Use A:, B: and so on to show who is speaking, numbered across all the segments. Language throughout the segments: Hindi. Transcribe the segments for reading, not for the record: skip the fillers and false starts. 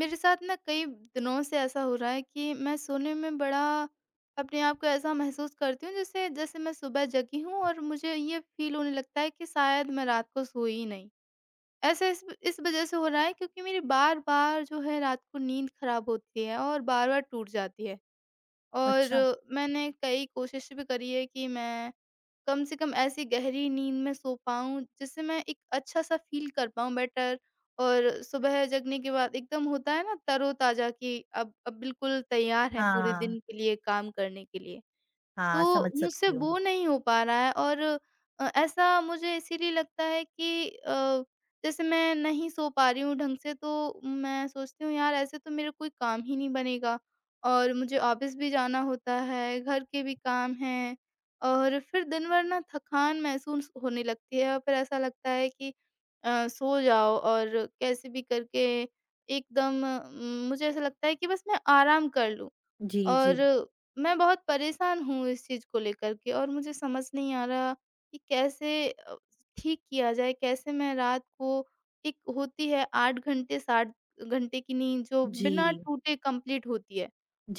A: मेरे साथ ना कई दिनों से ऐसा हो रहा है कि मैं सोने में बड़ा अपने आप को ऐसा महसूस करती हूँ जैसे जैसे मैं सुबह जगी हूँ और मुझे ये फील होने लगता है कि शायद मैं रात को सोई ही नहीं। ऐसा इस वजह से हो रहा है क्योंकि मेरी बार बार जो है रात को नींद खराब होती है और बार बार टूट जाती है। और
B: अच्छा,
A: मैंने कई कोशिश भी करी है कि मैं कम से कम ऐसी गहरी नींद में सो पाऊँ, जिससे मैं एक अच्छा-सा फ़ील कर पाऊँ बेटर, और सुबह जगने के बाद एकदम होता है ना तरोताज़ा कि अब बिल्कुल तैयार हैं पूरे
B: हाँ,
A: दिन के लिए काम करने के लिए।
B: हाँ,
A: तो
B: समझ
A: मुझसे
B: सकती हूँ।
A: वो नहीं हो पा रहा है। और ऐसा मुझे इसीलिए लगता है कि जैसे मैं नहीं सो पा रही हूँ ढंग से, तो मैं सोचती हूँ यार ऐसे तो मेरा कोई काम ही नहीं बनेगा। और मुझे ऑफिस भी जाना होता है, घर के भी काम हैं। और फिर दिन भर ना थकान महसूस होने लगती है और फिर ऐसा लगता है कि सो जाओ और कैसे भी करके एकदम मुझे ऐसा लगता है कि बस मैं आराम कर लूँ।
B: जी, जी।
A: और मैं बहुत परेशान हूँ इस चीज़ को लेकर के और मुझे समझ नहीं आ रहा कि कैसे ठीक किया जाए? कैसे मैं रात को एक होती है 8 घंटे 7 घंटे की नींद जो बिना
B: जी,
A: टूटे कंप्लीट होती है,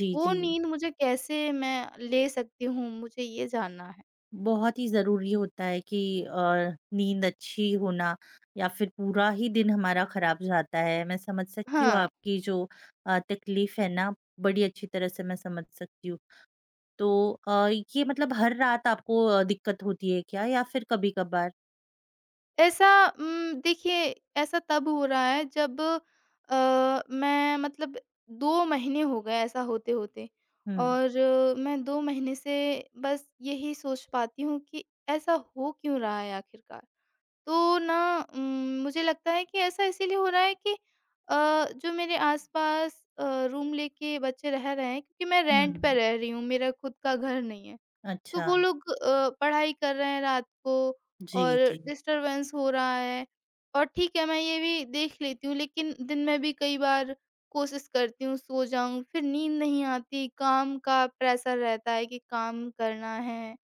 B: जी,
A: वो
B: जी।
A: नींद मुझे कैसे मैं ले सकती हूँ? मुझे ये जानना है।
B: बहुत ही ज़रूरी होता है कि नींद अच्छी होना या फिर पूरा ही दिन हमारा खराब जाता है। मैं समझ सकती हूँ
A: हाँ।
B: आपकी जो तकलीफ़ है ना, बड़ी अच्छी तरह से मैं समझ सकती हूँ। तो ये मतलब हर रात आपको दिक्कत होती है क्या या फिर कभी-कभार?
A: ऐसा देखिए, ऐसा तब हो रहा है जब मैं मतलब 2 महीने हो गए ऐसा होते-होते,
B: हुँ,
A: और मैं 2 महीने से बस यही सोच पाती हूँ कि ऐसा हो क्यों रहा है आखिरकार। तो ना उम, मुझे लगता है कि ऐसा इसीलिए हो रहा है कि अ, जो मेरे आस-पास रूम लेके बच्चे रह रहे हैं, क्योंकि मैं रेंट पे
B: हुँ।
A: रह रही हूँ, मेरा खुद का घर नहीं है। तो
B: अच्छा।
A: वो लोग पढ़ाई कर रहे हैं रात को
B: जी,
A: और
B: जी।
A: डिस्टरबेंस हो रहा है। और ठीक है मैं ये भी देख लेती हूँ, लेकिन दिन में भी कई बार कोशिश करती हूँ सो जाऊँ, फिर नींद नहीं आती, काम का प्रेशर रहता है कि काम करना है,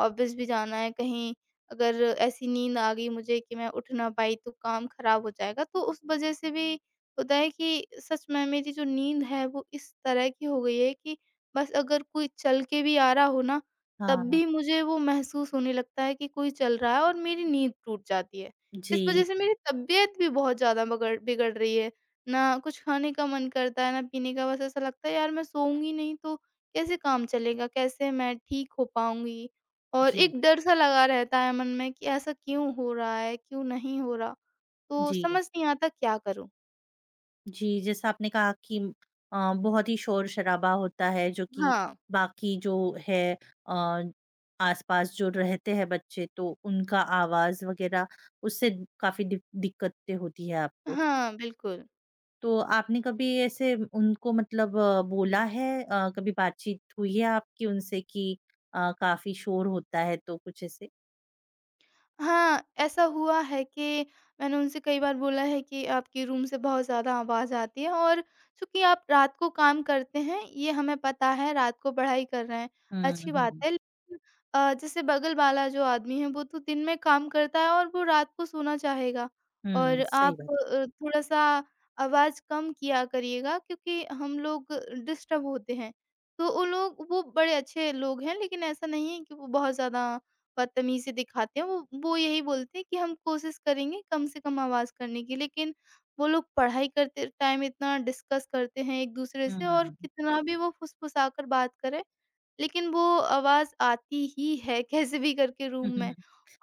A: ऑफ़िस भी जाना है। कहीं अगर ऐसी नींद आ गई मुझे कि मैं उठ ना पाई तो काम ख़राब हो जाएगा। तो उस वज़ह से भी होता है कि सच में मेरी जो नींद है वो इस तरह की हो गई है कि बस अगर कोई चल के भी आ रहा हो ना, तब
B: हाँ,
A: भी मुझे वो महसूस होने लगता है कि कोई चल रहा है और मेरी नींद टूट जाती है। इस वज़ह
B: जी,
A: से मेरी तबीयत भी बहुत ज़्यादा बगड़ बिगड़ रही है। ना कुछ खाने का मन करता है, ना पीने का, बस ऐसा लगता है यार मैं सोऊँगी नहीं तो कैसे काम चलेगा? कैसे मैं ठीक हो पाऊँगी? और
B: जी,
A: एक डर-सा लगा रहता है मन में कि ऐसा क्यों हो रहा है? क्यों नहीं हो रहा? तो
B: जी।
A: समझ नहीं आता क्या करूँ?
B: जी, जैसा आपने कहा कि बहुत ही शोर-शराबा होता है जो कि
A: हाँ।
B: बाकी जो है अ, आस-पास जो रहते हैं बच्चे तो उनका आवाज़ वग़ैरह उससे काफ़ी दिक्कतें होती है आपको।
A: हाँ, बिल्कुल।
B: तो आपने कभी ऐसे उनको मतलब बोला है कभी बातचीत हुई है आपकी उनसे कि काफ़ी शोर होता है तो कुछ ऐसे?
A: हाँ, ऐसा हुआ है कि मैंने उनसे कई बार बोला है कि आपकी रूम से बहुत ज़्यादा आवाज़ आती है, और चूँकि आप रात को काम करते हैं, ये हमें पता है, रात को पढ़ाई कर रहे हैं,
B: हुँ,
A: अच्छी बात
B: हुँ।
A: है। लेकिन जैसे बगल वाला जो आदमी है, वो तो दिन में काम करता है और वो रात को सोना चाहेगा, और
B: हुँ, सही
A: आप
B: बात है।
A: थोड़ा-सा आवाज़ कम किया करिएगा क्योंकि हम लोग डिस्टर्ब होते हैं। तो वो लोग, वो बड़े अच्छे लोग हैं, लेकिन ऐसा नहीं है कि वो बहुत ज़्यादा बदतमीज़ी दिखाते हैं, वो यही बोलते हैं कि हम कोशिश करेंगे कम से कम आवाज़ करने की, लेकिन वो लोग पढ़ाई करते टाइम इतना डिस्कस करते हैं एक-दूसरे से और
B: हुँ।
A: कितना भी वो फुसफुसा कर बात करें, लेकिन वो आवाज़ आती ही है कैसे भी करके रूम
B: हुँ, हुँ,
A: में।
B: हुँ।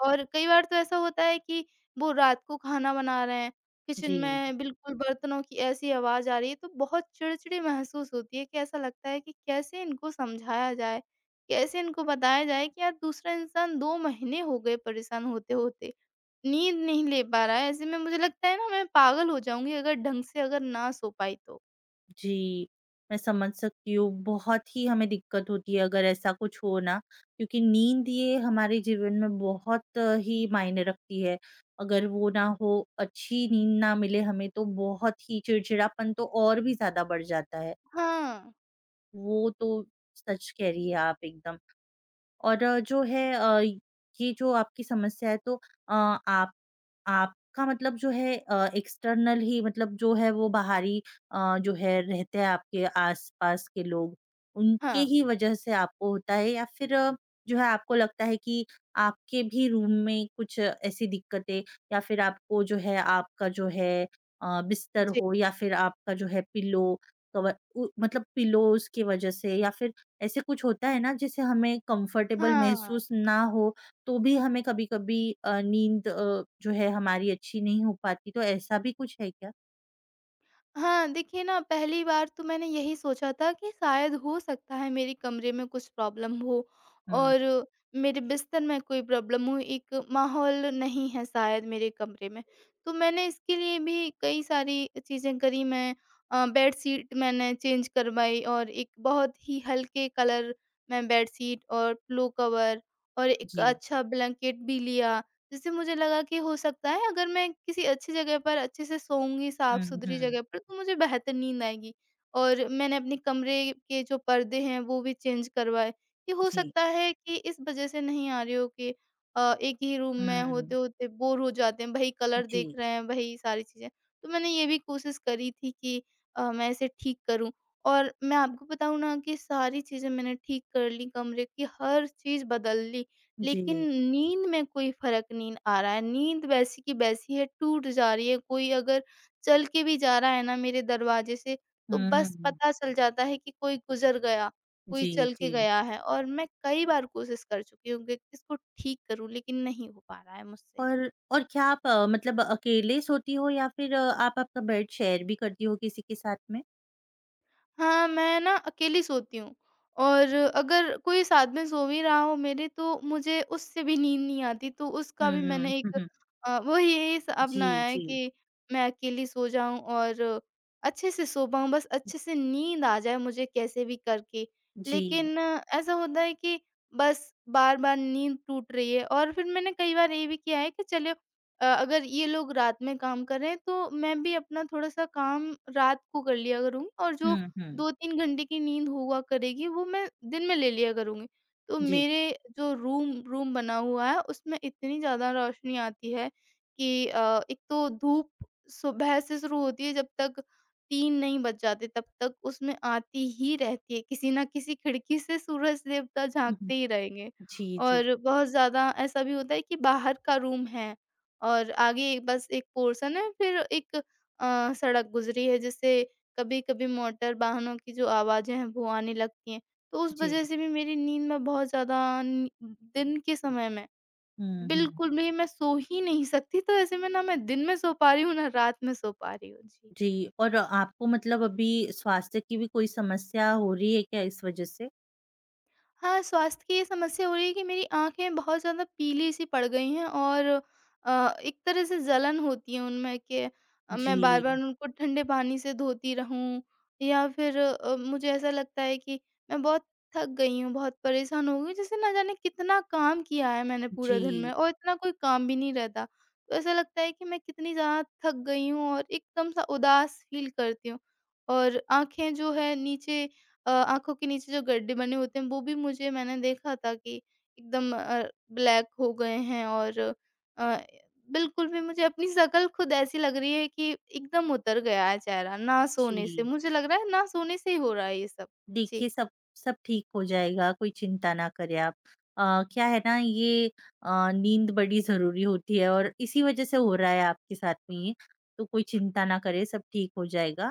A: और कई बार तो ऐसा होता है कि वो रात को खाना बना रहे हैं, किचन
B: जी।
A: में बिल्कुल बर्तनों की ऐसी आवाज़ आ रही है, तो बहुत चिड़चिड़ी महसूस होती है कि ऐसा लगता है कि कैसे इनको समझाया जाए? कैसे इनको बताया जाए कि यार दूसरा इंसान 2 महीने हो गए परेशान होते-होते, नींद नहीं ले पा रहा है। ऐसे में मुझे लगता है ना मैं पागल हो जाऊँगी अगर ढंग से अगर ना सो पाई तो।
B: जी, मैं समझ सकती हूँ। बहुत ही हमें दिक्कत होती है अगर ऐसा कुछ हो ना, क्योंकि नींद ये हमारे जीवन में बहुत ही मायने रखती है। अगर वो ना हो, अच्छी नींद ना मिले हमें तो बहुत ही चिड़चिड़ापन तो और भी ज़्यादा बढ़ जाता है।
A: हाँ,
B: वो तो सच कह रही हैं आप एकदम। और जो है ये जो आपकी समस्या है तो आप आपका मतलब जो है एक्सटर्नल ही मतलब जो है वो बाहरी जो है रहते हैं आपके आसपास के लोग, उनके
A: हाँ।
B: ही वजह से आपको होता है या फिर जो है आपको लगता है कि आपके भी रूम में कुछ ऐसी दिक्कतें या फिर आपको जो है आपका जो है बिस्तर
A: जी।
B: हो या फिर आपका जो है पिलो कवर उ मतलब पिलोज़ की वजह से या फिर ऐसे कुछ होता है ना जिससे हमें कंफर्टेबल
A: हाँ।
B: महसूस ना हो, तो भी हमें कभी-कभी नींद जो है हमारी अच्छी नहीं हो पाती, तो ऐसा भी कुछ है क्या?
A: हाँ, देखिए ना पहली बार तो मैंने यही सोचा था कि शायद हो सकता है मेरे कमरे में कुछ प्रॉब्लम हो
B: हुँ,
A: और मेरे बिस्तर में कोई प्रॉब्लम हो, एक माहौल नहीं है शायद मेरे कमरे में। तो मैंने इसके लिए भी कई सारी चीज़ें करी मैं। बेडशीट मैंने चेंज करवाई और एक बहुत ही हल्के कलर में बेडशीट और पिलो कवर और एक
B: जी।
A: अच्छा ब्लैंकेट भी लिया। जिससे मुझे लगा कि हो सकता है अगर मैं किसी अच्छी जगह पर अच्छे से सोऊँगी,
B: हुँ,
A: साफ-सुथरी
B: हुँ।
A: जगह पर, तो मुझे बेहतर नींद आएगी। और मैंने अपने कमरे के जो पर्दे हैं वो भी चेंज करवाए, कि हो
B: जी।
A: सकता है कि इस वज़ह से नहीं आ रही हो कि एक ही रूम में
B: हुँ।
A: होते-होते बोर हो जाते हैं, वही कलर देख
B: जी।
A: रहे हैं, वही सारी चीज़ें। तो मैंने ये भी कोशिश करी थी कि मैं इसे ठीक करूँ, और मैं आपको बताऊँ ना कि सारी चीज़ें मैंने ठीक कर ली, कमरे की हर चीज़ बदल ली। लेकिन
B: जी।
A: नींद में कोई फ़र्क नहीं आ रहा है, नींद वैसी की वैसी है, टूट जा रही है। कोई अगर चल के भी जा रहा है ना मेरे दरवाज़े से, तो बस
B: हुँ।
A: पता चल जाता है कि कोई गुज़र गया, कोई
B: जी,
A: चल के
B: जी।
A: गया है। और मैं कई बार कोशिश कर चुकी हूँ कि इसको ठीक करूँ, लेकिन नहीं हो पा रहा है मुझसे।
B: और क्या आप मतलब अकेले सोती हो या फिर आप आपका बेड शेयर भी करती हो किसी के साथ में?
A: हाँ, मैं ना अकेली सोती हूँ, और अगर कोई साथ में सो भी रहा हो मेरे तो मुझे उससे भी नींद नहीं आती, तो उसका भी
B: हुँ,
A: मैंने
B: हुँ,
A: एक
B: हुँ।
A: वो यही स
B: जी,
A: अपनाया है
B: जी।
A: कि मैं अकेली सो जाऊँ और अच्छे से सो पाऊँ, बस अच्छे से नींद आ जाए मुझे कैसे भी करके।
B: जी।
A: लेकिन ऐसा होता है कि बस बार-बार नींद टूट रही है। और फिर मैंने कई बार ये भी किया है कि चलो अगर ये लोग रात में काम कर रहे हैं, तो मैं भी अपना थोड़ा-सा काम रात को कर लिया करूँगी और जो
B: हुँ, हुँ।
A: 2-3 घंटे की नींद हुआ करेगी, वो मैं दिन में ले लिया करूँगी। तो
B: जी।
A: मेरे जो रूम रूम बना हुआ है, उसमें इतनी ज़्यादा रोशनी आती है कि एक तो धूप सुबह से शुरू होती है, जब तक 3 नहीं बज जाते, तब तक उसमें आती ही रहती है। किसी ना किसी खिड़की से सूरज देवता
B: हुँ, हुँ।
A: झाँकते ही रहेंगे।
B: जी, जी।
A: और बहुत ज़्यादा ऐसा भी होता है कि बाहर का रूम है, और आगे बस एक पोर्शन है, फिर एक सड़क गुजरी है, जिससे कभी-कभी मोटर वाहनों की जो आवाज़ें हैं वो आने लगती हैं। तो उस
B: जी।
A: वज़ह से भी मेरी नींद में बहुत ज़्यादा नि दिन के समय में
B: हुँ, हुँ।
A: बिल्कुल भी मैं सो ही नहीं सकती। तो ऐसे में ना मैं दिन में सो पा रही हूँ ना रात में सो पा रही हूँ। जी।
B: जी, और आपको मतलब अभी स्वास्थ्य की भी कोई समस्या हो रही है क्या इस वज़ह से?
A: हाँ, स्वास्थ्य की ये समस्या हो रही है कि मेरी आँखें बहुत ज़्यादा पीली-सी पड़ गई हैं, और एक तरह से जलन होती है उनमें कि मैं
B: जी,
A: बार-बार उनको ठंडे पानी से धोती रहूँ, या फिर मुझे ऐसा लगता है कि मैं बहुत थक गई हूँ, बहुत परेशान हो गई हूँ। जैसे ना जाने कितना काम किया है मैंने पूरे दिन में
B: जी,
A: और इतना कोई काम भी नहीं रहता। तो ऐसा लगता है कि मैं कितनी ज़्यादा थक गई हूँ और एकदम सा उदास फ़ील करती हूँ। और आँखें जो है नीचे आँखों के नीचे जो गड्ढे बने होते हैं वो भी मुझे मैंने देखा था कि एकदम ब्लैक हो गए हैं। और बिल्कुल भी मुझे अपनी शक्ल खुद ऐसी लग रही है कि एकदम उतर गया है चेहरा। ना सोने से
B: जी।
A: मुझे लग रहा है, ना सोने से ही हो रहा है ये सब। जी।
B: देखिए सब सब ठीक हो जाएगा, कोई चिंता ना करें आप। अ, क्या है ना ये नींद बड़ी ज़रूरी होती है और इसी वज़ह से हो रहा है आपके साथ में ये, तो कोई चिंता ना करें, सब ठीक हो जाएगा।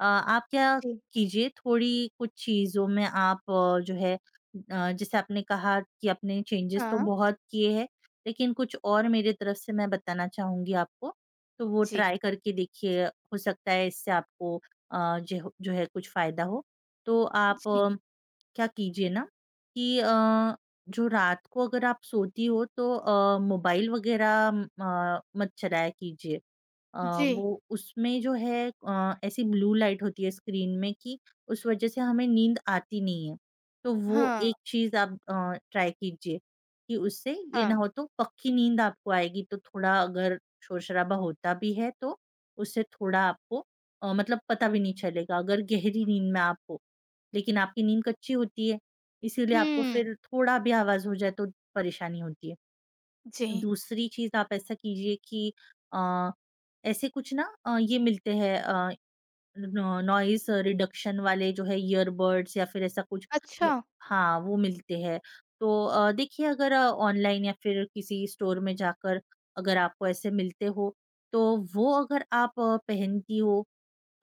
B: आप क्या
A: जी।
B: कीजिए थोड़ी कुछ चीज़ों में आप जो है जैसे आपने कहा कि आपने चेंजेस तो
A: हाँ।
B: बहुत किए हैं, लेकिन कुछ और मेरी तरफ से मैं बताना चाहूँगी आपको, तो वो
A: जी।
B: ट्राई करके देखिए, हो सकता है इससे आपको जो जो है कुछ फ़ायदा हो। तो आप
A: जी।
B: क्या कीजिए ना कि जो रात को अगर आप सोती हो तो मोबाइल वगैरह मत चलाया कीजिए अ,
A: जी।
B: वो उसमें जो है ऐसी ब्लू लाइट होती है स्क्रीन में कि उस वजह से हमें नींद आती नहीं है। तो वो
A: हाँ,
B: एक चीज़ आप ट्राई कीजिए कि उससे ये ना
A: हाँ।
B: हो तो पक्की नींद आपको आएगी तो थोड़ा अगर शोर-शराबा होता भी है तो उससे थोड़ा आपको मतलब पता भी नहीं चलेगा अगर गहरी नींद में आप हो। लेकिन आपकी नींद कच्ची होती है, इसीलिए आपको
A: हुँ।
B: फिर थोड़ा भी आवाज़ हो जाए तो परेशानी होती है।
A: जी।
B: दूसरी चीज़ आप ऐसा कीजिए कि अ, ऐसे कुछ ना ये मिलते हैं नो नॉइज़ रिडक्शन वाले जो है ईयरबड्स या फिर ऐसा कुछ
A: अच्छा।
B: में हाँ, वो मिलते हैं। तो देखिए अगर ऑनलाइन या फिर किसी स्टोर में जाकर अगर आपको ऐसे मिलते हो, तो वो अगर आप पहनती हो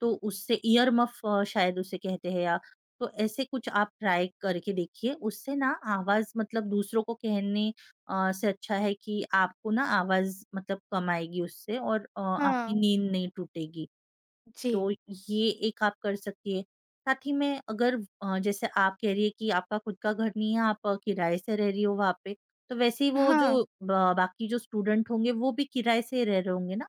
B: तो उससे ईयर मफ़ शायद उसे कहते हैं या तो ऐसे कुछ आप ट्राई करके देखिए, उससे ना आवाज़ मतलब दूसरों को कहने से अच्छा है कि आपको ना आवाज़ मतलब कम आएगी उससे और आपकी
A: हाँ।
B: नींद नहीं टूटेगी।
A: जी।
B: तो ये एक आप कर सकती हैं। साथ ही में अगर जैसे आप कह रही है कि आपका खुद का घर नहीं है, आप किराए से रह रही हो वहाँ पे, तो वैसे ही वो
A: हाँ।
B: जो ब बाकी जो स्टूडेंट होंगे वो भी किराए से ही रह रहे होंगे ना?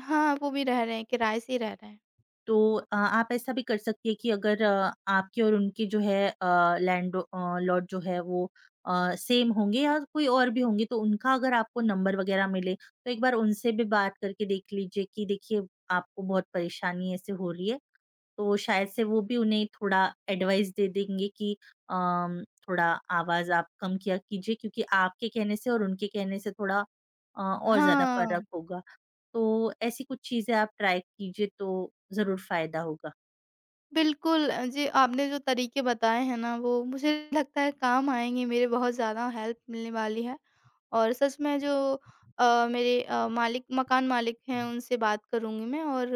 A: हाँ, वो भी रह रहे हैं, किराए से ही रह रहे हैं।
B: तो आप ऐसा भी कर सकती हैं कि अगर आपके और उनके जो है लैंड लॉट जो है वो सेम होंगे या कोई और भी होंगे तो उनका अगर आपको नंबर वगैरह मिले तो एक बार उनसे भी बात करके देख लीजिए कि देखिए आपको बहुत परेशानी ऐसे हो रही है तो शायद से वो भी उन्हें थोड़ा एडवाइस दे देंगे कि थोड़ा आवाज़ आप कम किया कीजिए क्योंकि आपके कहने से और उनके कहने से थोड़ा और ज़्यादा
A: हाँ।
B: फ़र्क होगा। तो ऐसी कुछ चीज़ें आप ट्राई कीजिए तो ज़रूर फ़ायदा होगा।
A: बिल्कुल जी, आपने जो तरीके बताए हैं ना वो मुझे लगता है काम आएँगे, मेरे बहुत ज़्यादा हेल्प मिलने वाली है। और सच में जो मेरे अ, मालिक मकान मालिक हैं उनसे बात करूँगी मैं। और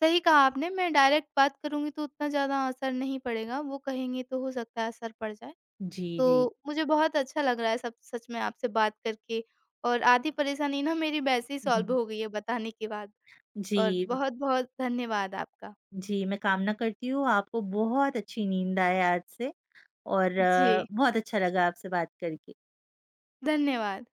A: सही कहा आपने, मैं डायरेक्ट बात करूँगी तो उतना ज़्यादा असर नहीं पड़ेगा, वो कहेंगे तो हो सकता है असर पड़ जाए।
B: जी,
A: तो
B: जी।
A: मुझे बहुत अच्छा लग रहा है, सब सच में आपसे बात करके, और आधी परेशानी ना मेरी वैसे ही
B: हुँ,
A: सॉल्व
B: हुँ।
A: हो गई है बताने के बाद। और
B: जी,
A: बहुत-बहुत धन्यवाद आपका।
B: जी, मैं कामना करती हूँ आपको बहुत अच्छी नींद आए आज से और
A: जी,
B: बहुत अच्छा लगा आपसे बात करके।
A: धन्यवाद।